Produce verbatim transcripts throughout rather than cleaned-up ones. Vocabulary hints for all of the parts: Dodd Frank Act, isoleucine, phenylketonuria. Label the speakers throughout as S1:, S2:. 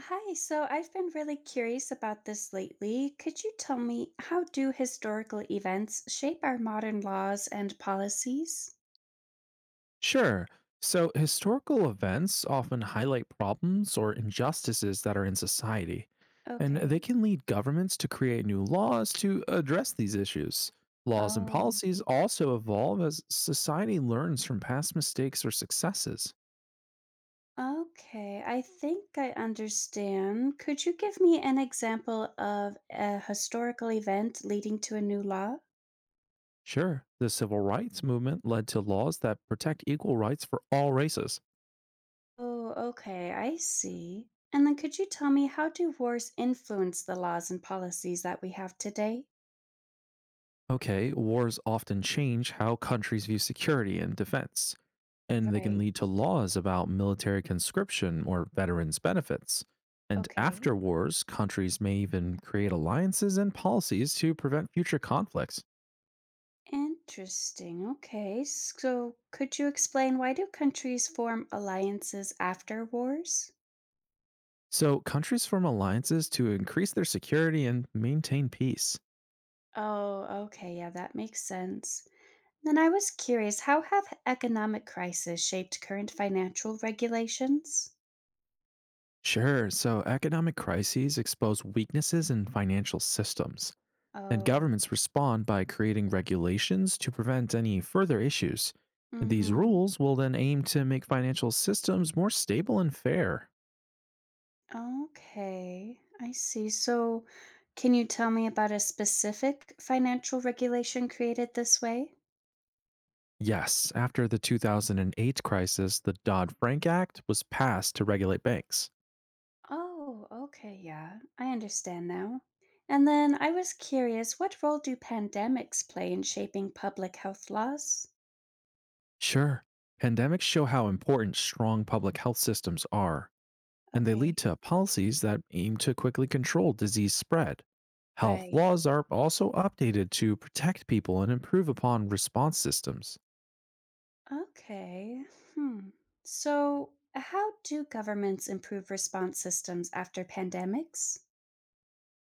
S1: Hi, so I've been really curious about this lately. Could you tell me, how do historical events shape our modern laws and policies?
S2: Sure. So, historical events often highlight problems or injustices that are in society, and
S1: Okay.
S2: they can lead governments to create new laws to address these issues. Laws and
S1: Oh,
S2: policies also evolve as society learns from past mistakes or successes.
S1: okay. I think I understand. Could you give me an example of a historical event leading to a new law?
S2: Sure, the civil rights movement led to laws that protect equal rights for all races.
S1: Oh, okay. I see. And then could you tell me, how do wars influence the laws and policies that we have today?
S2: Okay, wars often change how countries view security and defense, and they can
S1: Right.
S2: lead to laws about military conscription or veterans' benefits. And
S1: Okay.
S2: after wars, countries may even create alliances and policies to prevent future conflicts.
S1: Interesting. Okay. So, could you explain, why do countries form alliances after wars?
S2: So, countries form alliances to increase their security and maintain peace.
S1: Oh, okay. Yeah, that makes sense. Then I was curious, how have economic crises shaped current financial regulations?
S2: Sure, so economic crises expose weaknesses in financial systems, and
S1: Oh.
S2: governments respond by creating regulations to prevent any further issues. These
S1: Mm-hmm.
S2: rules will then aim to make financial systems more stable and fair.
S1: Okay. I see. So, can you tell me about a specific financial regulation created this way?
S2: Yes, after the two thousand eight crisis, the Dodd Frank Act was passed to regulate banks.
S1: Oh, okay, yeah, I understand now. And then I was curious, what role do pandemics play in shaping public health laws?
S2: Sure, pandemics show how important strong public health systems are, and they lead
S1: Okay,
S2: to policies that aim to quickly control disease spread. Health
S1: right.
S2: laws are also updated to protect people and improve upon response systems.
S1: Okay. Hmm. So, how do governments improve response systems after pandemics?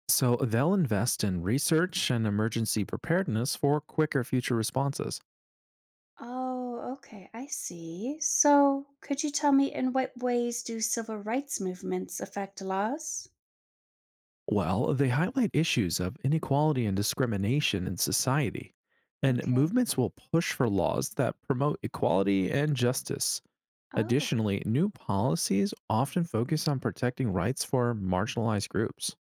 S2: So they'll invest in research and emergency preparedness for quicker future responses.
S1: Oh, okay, I see. So, could you tell me, in what ways do civil rights movements affect laws?
S2: Well, they highlight issues of inequality and discrimination in society, and
S1: Okay.
S2: movements will push for laws that promote equality and justice.
S1: Oh.
S2: Additionally, new policies often focus on protecting rights for marginalized groups.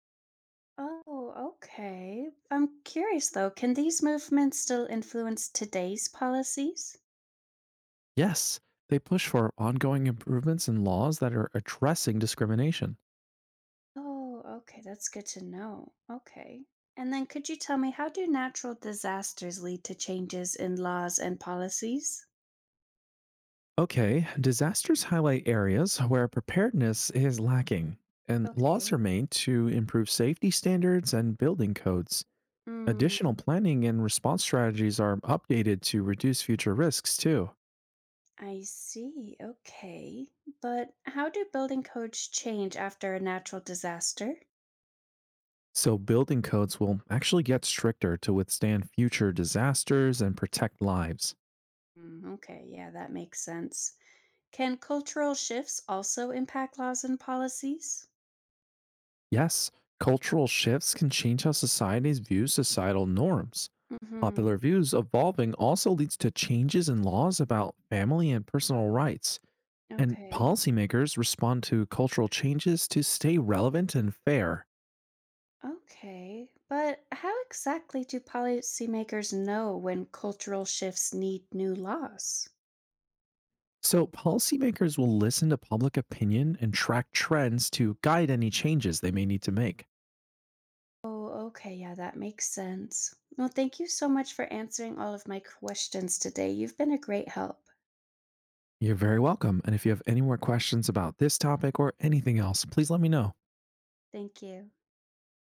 S1: Oh, okay. I'm curious though, can these movements still influence today's policies?
S2: Yes, they push for ongoing improvements in laws that are addressing discrimination.
S1: Oh, okay. That's good to know. Okay. And then could you tell me, how do natural disasters lead to changes in laws and policies?
S2: Okay, disasters highlight areas where preparedness is lacking, and laws are
S1: Okay.
S2: made to improve safety standards and building codes.
S1: Mm,
S2: Additional planning and response strategies are updated to reduce future risks, too.
S1: I see. Okay. But how do building codes change after a natural disaster?
S2: So, building codes will actually get stricter to withstand future disasters and protect lives.
S1: Mm, okay. Yeah, that makes sense. Can cultural shifts also impact laws and policies?
S2: Yes, cultural shifts can change how societies view societal norms.
S1: Mm-hmm.
S2: Popular views evolving also leads to changes in laws about family and personal rights, and
S1: Okay.
S2: policymakers respond to cultural changes to stay relevant and fair.
S1: Okay. But how exactly do policymakers know when cultural shifts need new laws?
S2: So, policymakers will listen to public opinion and track trends to guide any changes they may need to make.
S1: Oh, okay. Yeah, that makes sense. Well, thank you so much for answering all of my questions today. You've been a great help.
S2: You're very welcome. And if you have any more questions about this topic or anything else, please let me know.
S1: Thank you.